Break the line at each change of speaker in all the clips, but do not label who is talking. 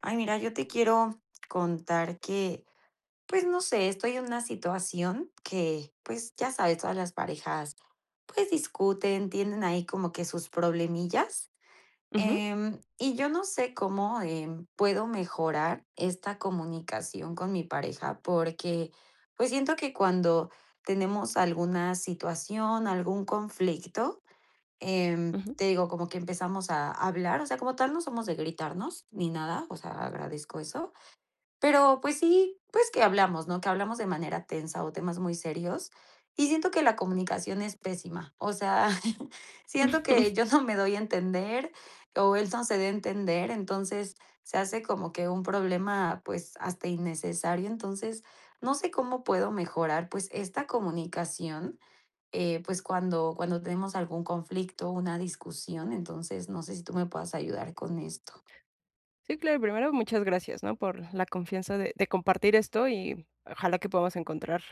Ay, mira, yo te quiero contar que, pues no sé, estoy en una situación que, pues ya sabes, todas las parejas, pues discuten, tienen ahí como que sus problemillas.
Ujú,
Y yo no sé cómo puedo mejorar esta comunicación con mi pareja porque, pues siento que cuando tenemos alguna situación, algún conflicto,
ujú.
te digo, como que empezamos a hablar, o sea, como tal no somos de gritarnos ni nada, o sea, agradezco eso. Pero, pues sí, pues que hablamos, ¿no? Que hablamos de manera tensa o temas muy serios. Y siento que la comunicación es pésima. O sea, siento que yo no me doy a entender o él no se dé a entender, entonces se hace como que un problema, pues hasta innecesario. Entonces, no sé cómo puedo mejorar, pues esta comunicación, pues cuando tenemos algún conflicto, una discusión. Entonces, no sé si tú me puedas ayudar con esto.
Sí, claro, primero muchas gracias, ¿no? Por la confianza de compartir esto y ojalá que podamos encontrar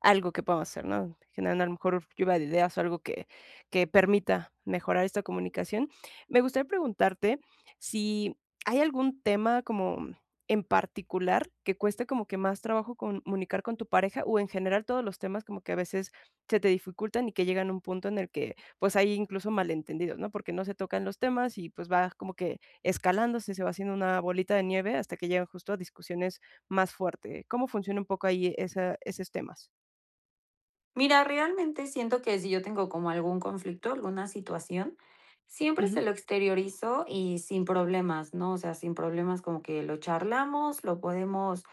algo que podamos hacer, ¿no? Generar a lo mejor lluvia de ideas o algo que permita mejorar esta comunicación. Me gustaría preguntarte si hay algún tema como en particular que cueste como que más trabajo comunicar con tu pareja o en general todos los temas como que a veces se te dificultan y que llegan a un punto en el que pues hay incluso malentendidos, ¿no? Porque no se tocan los temas y pues va como que escalándose, se va haciendo una bolita de nieve hasta que llegan justo a discusiones más fuertes. ¿Cómo funciona un poco ahí esa esos temas?
Mira, realmente siento que si yo tengo como algún conflicto, alguna situación, siempre se
Ujú.
lo exteriorizo y sin problemas, ¿no? O sea, sin problemas como que lo charlamos, lo podemos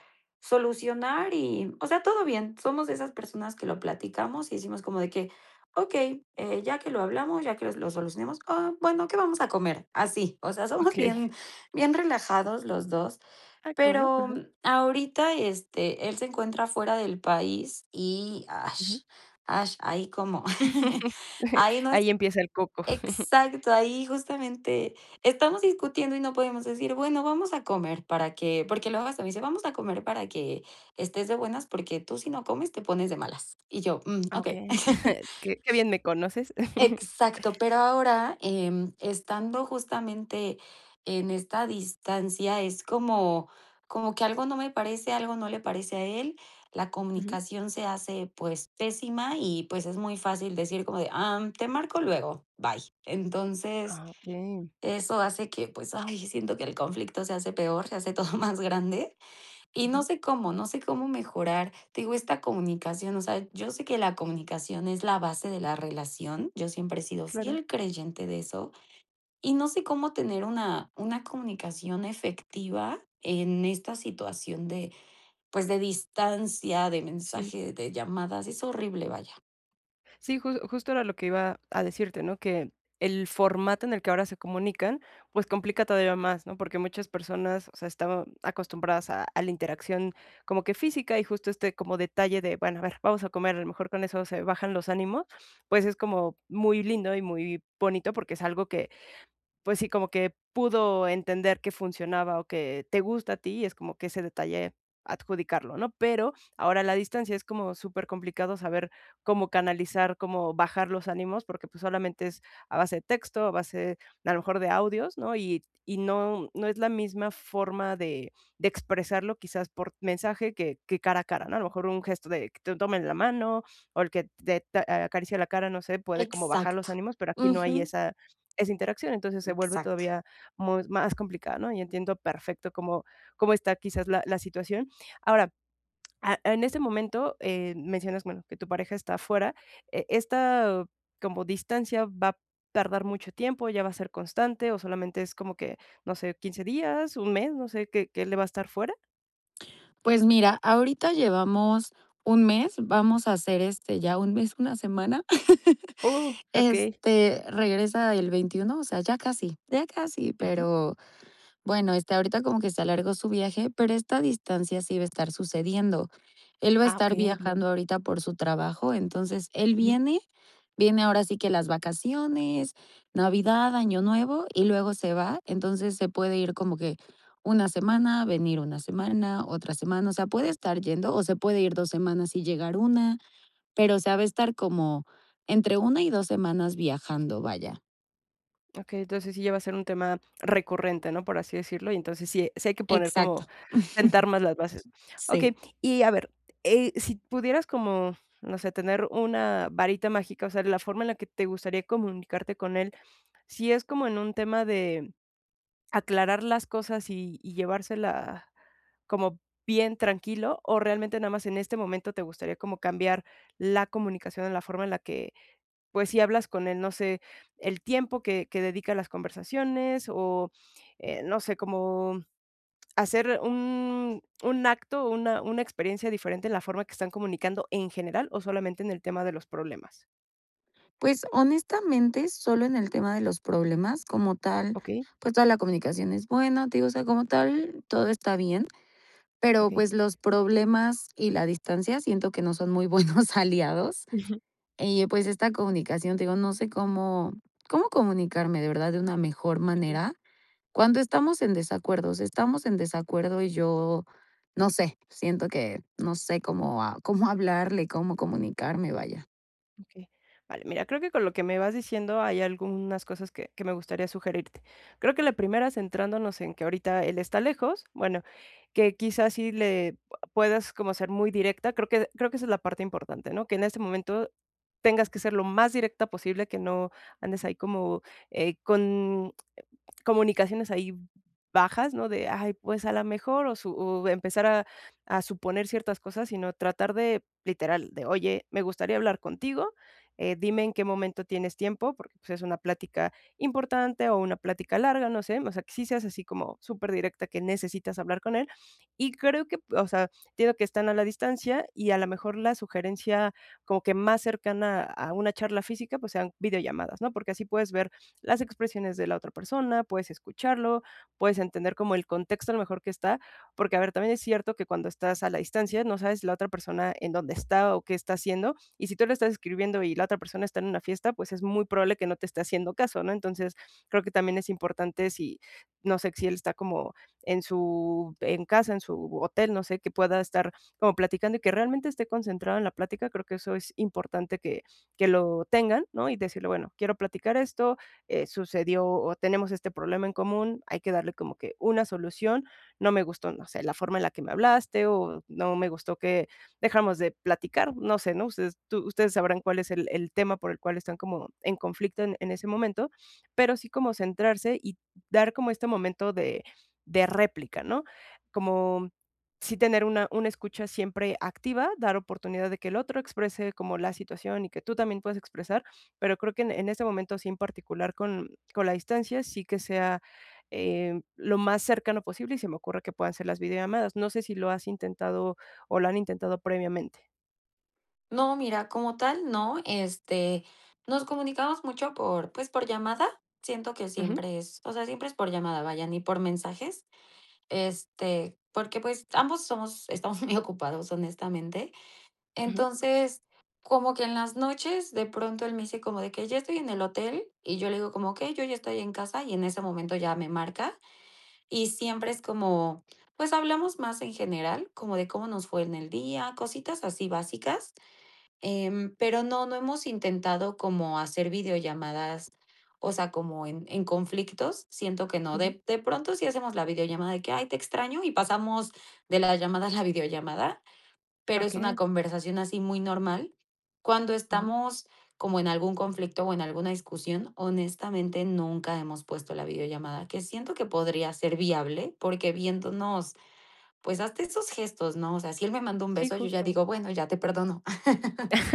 solucionar y, o sea, todo bien. Somos de esas personas que lo platicamos y decimos como de que, ok, ya que lo hablamos, ya que lo solucionemos, ah, bueno, ¿qué vamos a comer? Así, o sea, somos
Okey.
bien, bien relajados los dos.
Ah, qué bueno.
Pero,
Ajá.
ahorita, él se encuentra fuera del país y, ash,
Ujú.
ash, ahí como ahí no es
Ahí empieza el coco.
exacto, ahí justamente estamos discutiendo y no podemos decir: "Bueno, vamos a comer para que", porque luego hasta me dice: "Vamos a comer para que estés de buenas, porque tú si no comes te pones de malas". Y yo: "Mm,
Ah,
okey".
okey. Qué bien me conoces.
Exacto, pero ahora, estando justamente en esta distancia, es como como que algo no me parece, algo no le parece a él, la
Ujú.
comunicación se hace, pues, pésima y, pues, es muy fácil decir como de: Te marco luego, bye". Entonces,
Ah, okey.
eso hace que, pues, ay, siento que el conflicto se hace peor, se hace todo más grande. Y no
Ujú.
sé cómo, no sé cómo mejorar, te digo, esta comunicación, o sea, yo sé que la comunicación es la base de la relación, yo siempre he sido
Claro.
fiel creyente de eso, y no sé cómo tener una comunicación efectiva en esta situación de, pues, de distancia, de
Sí.
mensaje, de llamadas, es horrible, vaya.
Sí, justo era lo que iba a decirte, ¿no? Que el formato en el que ahora se comunican, pues, complica todavía más, ¿no? Porque muchas personas, o sea, estaban acostumbradas a la interacción como que física, y justo este como detalle de, bueno, a ver, vamos a comer, a lo mejor con eso se bajan los ánimos, pues, es como muy lindo y muy bonito, porque es algo que pues sí, como que pudo entender que funcionaba o que te gusta a ti, y es como que ese detalle adjudicarlo, ¿no? Pero ahora a la distancia es como súper complicado saber cómo canalizar, cómo bajar los ánimos, porque, pues, solamente es a base de texto, a base, a lo mejor, de audios, ¿no? Y no es la misma forma de expresarlo, quizás, por mensaje que cara a cara, ¿no? A lo mejor un gesto de que te tomen la mano o el que te acaricie la cara, no sé, puede como bajar los
Exacto.
ánimos, pero aquí no hay
Ujú.
esa interacción, entonces se vuelve
Exacto.
todavía mus más complicado, ¿no? Y entiendo perfecto cómo está quizás la situación. Ahora, a en este momento, mencionas, bueno, que tu pareja está afuera, esta como distancia va a tardar mucho tiempo, ¿ya va a ser constante o solamente es como que, no sé, 15 días, un mes, no sé, que él le va a estar fuera?
Pues mira, ahorita llevamos un mes, vamos a hacer, ya un mes, una semana.
Oh, okey.
Regresa el 21, o sea, ya casi,
Ujú.
pero bueno, ahorita como que se alargó su viaje, pero esta distancia sí va a estar sucediendo. Él va a
Ah,
estar
okey, bien.
viajando ahorita por su trabajo, entonces él viene, viene ahora sí que las vacaciones, Navidad, Año Nuevo, y luego se va, entonces se puede ir como que una semana, venir una semana, otra semana, o sea, puede estar yendo o se puede ir 2 semanas y llegar una. Pero, se sea, va a estar como entre una y 2 semanas viajando, vaya.
Okey, entonces sí ya va a ser un tema recurrente, ¿no? Por así decirlo, y entonces sí hay que poner como
Exacto,
sentar más las bases.
sí.
Okey, y a ver, si pudieras como, no sé, tener una varita mágica, o sea, la forma en la que te gustaría comunicarte con él, si es como en un tema de aclarar las cosas y llevársela como bien tranquilo, o realmente nada más en este momento te gustaría como cambiar la comunicación en la forma en la que pues, si hablas con él, no sé, el tiempo que dedica a las conversaciones o, no sé, como hacer un acto, una experiencia diferente en la forma que están comunicando en general o solamente en el tema de los problemas.
Pues, honestamente, solo en el tema de los problemas, como tal,
Ok.
pues, toda la comunicación es buena, te digo, o sea, como tal, todo está bien, pero,
Ok.
pues, los problemas y la distancia siento que no son muy buenos aliados.
Ujú.
Y, pues, esta comunicación, te digo, no sé cómo cómo comunicarme de verdad de una mejor
Okey.
manera. Cuando estamos en desacuerdos, estamos en desacuerdo y yo, no sé, siento que no sé cómo a cómo hablarle, cómo comunicarme, vaya.
Okey. Vale, mira, creo que con lo que me vas diciendo hay algunas cosas que me gustaría sugerirte. Creo que la primera, centrándonos en que ahorita él está lejos, bueno, que quizás sí le puedas como ser muy directa, creo que esa es la parte importante, ¿no? Que en este momento tengas que ser lo más directa posible, que no andes ahí como, con comunicaciones ahí bajas, ¿no? De, ay, pues a la mejor, o empezar a suponer ciertas cosas, sino tratar de, literal, de, oye, me gustaría hablar contigo, dime en qué momento tienes tiempo, porque pues, es una plática importante o una plática larga, no sé, o sea, que sí seas así como súper directa que necesitas hablar con él. Y creo que, o sea, entiendo que están a la distancia y a lo mejor la sugerencia como que más cercana a una charla física, pues sean videollamadas, ¿no? Porque así puedes ver las expresiones de la otra persona, puedes escucharlo, puedes entender como el contexto a lo mejor que está, porque a ver, también es cierto que cuando estás a la distancia no sabes la otra persona en dónde está o qué está haciendo, y si tú le estás escribiendo y la otra persona está en una fiesta, pues es muy probable que no te esté haciendo caso, ¿no? Entonces, creo que también es importante si, no sé, si él está como en casa, en su hotel, no sé, que pueda estar como platicando y que realmente esté concentrado en la plática, creo que eso es importante que lo tengan, ¿no? Y decirle, bueno, quiero platicar esto, sucedió o tenemos este problema en común, hay que darle como que una solución, no me gustó, no sé, la forma en la que me hablaste o no me gustó que dejáramos de platicar, no sé, ¿no? Ustedes sabrán cuál es el tema por el cual están como en conflicto en ese momento, pero sí como centrarse y dar como este momento de réplica, ¿no? Como sí tener una escucha siempre activa, dar oportunidad de que el otro exprese como la situación y que tú también puedas expresar pero creo que en ese momento, sí, en particular con la distancia, sí que sea, lo más cercano posible, y se me ocurre que puedan ser las videollamadas. No sé si lo has intentado o lo han intentado previamente.
No, mira, como tal, no, nos comunicamos mucho por, pues, por llamada. Siento que
Ujú.
siempre es, o sea, siempre es por llamada, vaya, ni por mensajes. Porque pues ambos somos, estamos muy ocupados, honestamente.
Ujú,
Entonces, como que en las noches, de pronto él me dice como de que: "Ya estoy en el hotel", y yo le digo como: que yo ya estoy en casa", y en ese momento ya me marca, y siempre es como, pues, hablamos más en general, como de cómo nos fue en el día, cositas así básicas, pero no, no hemos intentado como hacer videollamadas, o sea, como en conflictos, siento que no.
ujú.
De pronto sí hacemos la videollamada de que: "Ay, te extraño", y pasamos de la llamada a la videollamada, pero es una
Okey,
conversación así muy normal. Cuando
ujú.
estamos como en algún conflicto o en alguna discusión, honestamente nunca hemos puesto la videollamada, que siento que podría ser viable, porque viéndonos, pues hasta esos gestos, ¿no? O sea, si él me manda un
Sí,
beso, yo ya
justo.
digo, bueno, ya te perdono.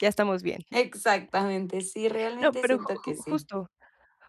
Ya estamos bien.
Exactamente, sí,
No,
realmente
pero ju
siento que
ju
sí.
justo.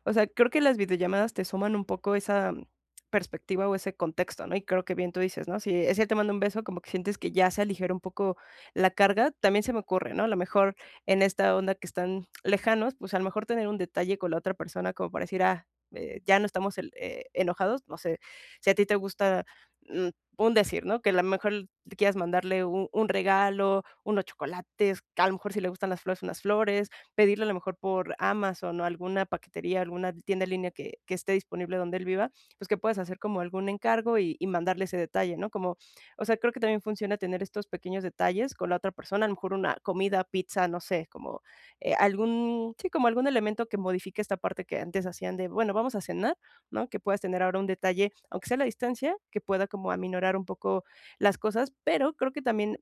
O sea, creo que las videollamadas te suman un poco esa perspectiva o ese contexto, ¿no? Y creo que bien tú dices, ¿no? Si es él te manda un beso, como que sientes que ya se aligeró un poco la carga. También se me ocurre, ¿no? A lo mejor en esta onda que están lejanos, pues a lo mejor tener un detalle con la otra persona como para decir, ah, ya no estamos enojados. No sé, si a ti te gusta mm, un decir, ¿no? Que a lo mejor le quieras mandarle un regalo, unos chocolates, que a lo mejor si le gustan las flores, unas flores, pedirlo a lo mejor por Amazon o alguna paquetería, alguna tienda en línea que esté disponible donde él viva, pues, que puedas hacer como algún encargo y mandarle ese detalle, ¿no? Como, o sea, creo que también funciona tener estos pequeños detalles con la otra persona, a lo mejor una comida, pizza, no sé, como, algún sí, como algún elemento que modifique esta parte que antes hacían de, bueno, vamos a cenar, ¿no? Que puedas tener ahora un detalle, aunque sea a la distancia, que pueda como aminorar un poco las cosas, pero creo que también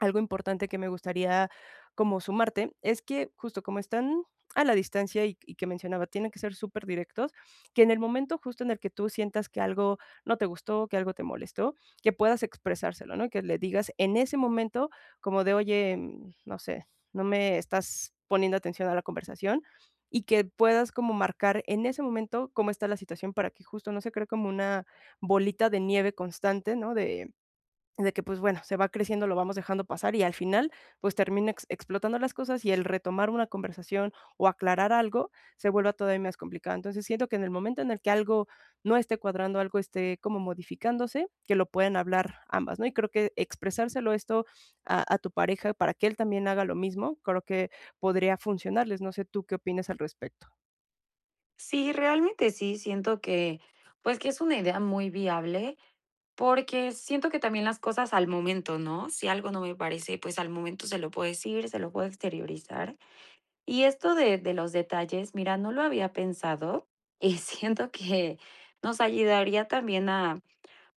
algo importante que me gustaría como sumarte es que justo como están a la distancia y que mencionaba, tienen que ser súper directos que en el momento justo en el que tú sientas que algo no te gustó, que algo te molestó, que puedas expresárselo, ¿no? Que le digas en ese momento como de: "Oye, no sé, no me estás poniendo atención a la conversación", y que puedas como marcar en ese momento cómo está la situación para que justo no se cree como una bolita de nieve constante, ¿no? De que, pues bueno, se va creciendo, lo vamos dejando pasar y al final, pues termina ex explotando las cosas y el retomar una conversación o aclarar algo se vuelve todavía más complicado. Entonces, siento que en el momento en el que algo no esté cuadrando, algo esté como modificándose, que lo puedan hablar ambas, ¿no? Y creo que expresárselo esto a tu pareja para que él también haga lo mismo, creo que podría funcionarles. No sé tú qué opinas al respecto.
Sí, realmente sí, siento que, pues que es una idea muy viable. Porque siento que también las cosas al momento, ¿no? Si algo no me parece, pues al momento se lo puedo decir, se lo puedo exteriorizar. Y esto de los detalles, mira, no lo había pensado y siento que nos ayudaría también a,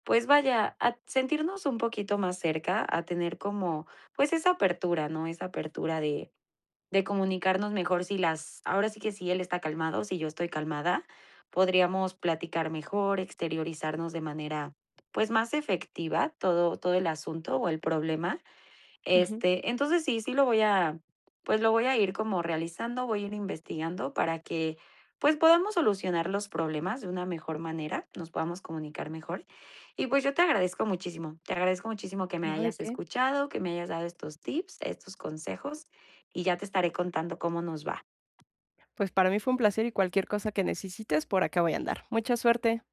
pues vaya, a sentirnos un poquito más cerca, a tener como, pues esa apertura, ¿no? Esa apertura de comunicarnos mejor si las ahora sí que si él está calmado, si yo estoy calmada, podríamos platicar mejor, exteriorizarnos de manera, pues, más efectiva todo el asunto o el problema,
Ujú.
entonces sí, sí lo voy a, pues lo voy a ir como realizando, voy a ir investigando para que pues podamos solucionar los problemas de una mejor manera, nos podamos comunicar mejor. Y pues yo te agradezco muchísimo que me
No, ¿de
hayas
qué?
escuchado, que me hayas dado estos tips, estos consejos y ya te estaré contando cómo nos va.
Pues para mí fue un placer y cualquier cosa que necesites, por acá voy a andar. Mucha suerte.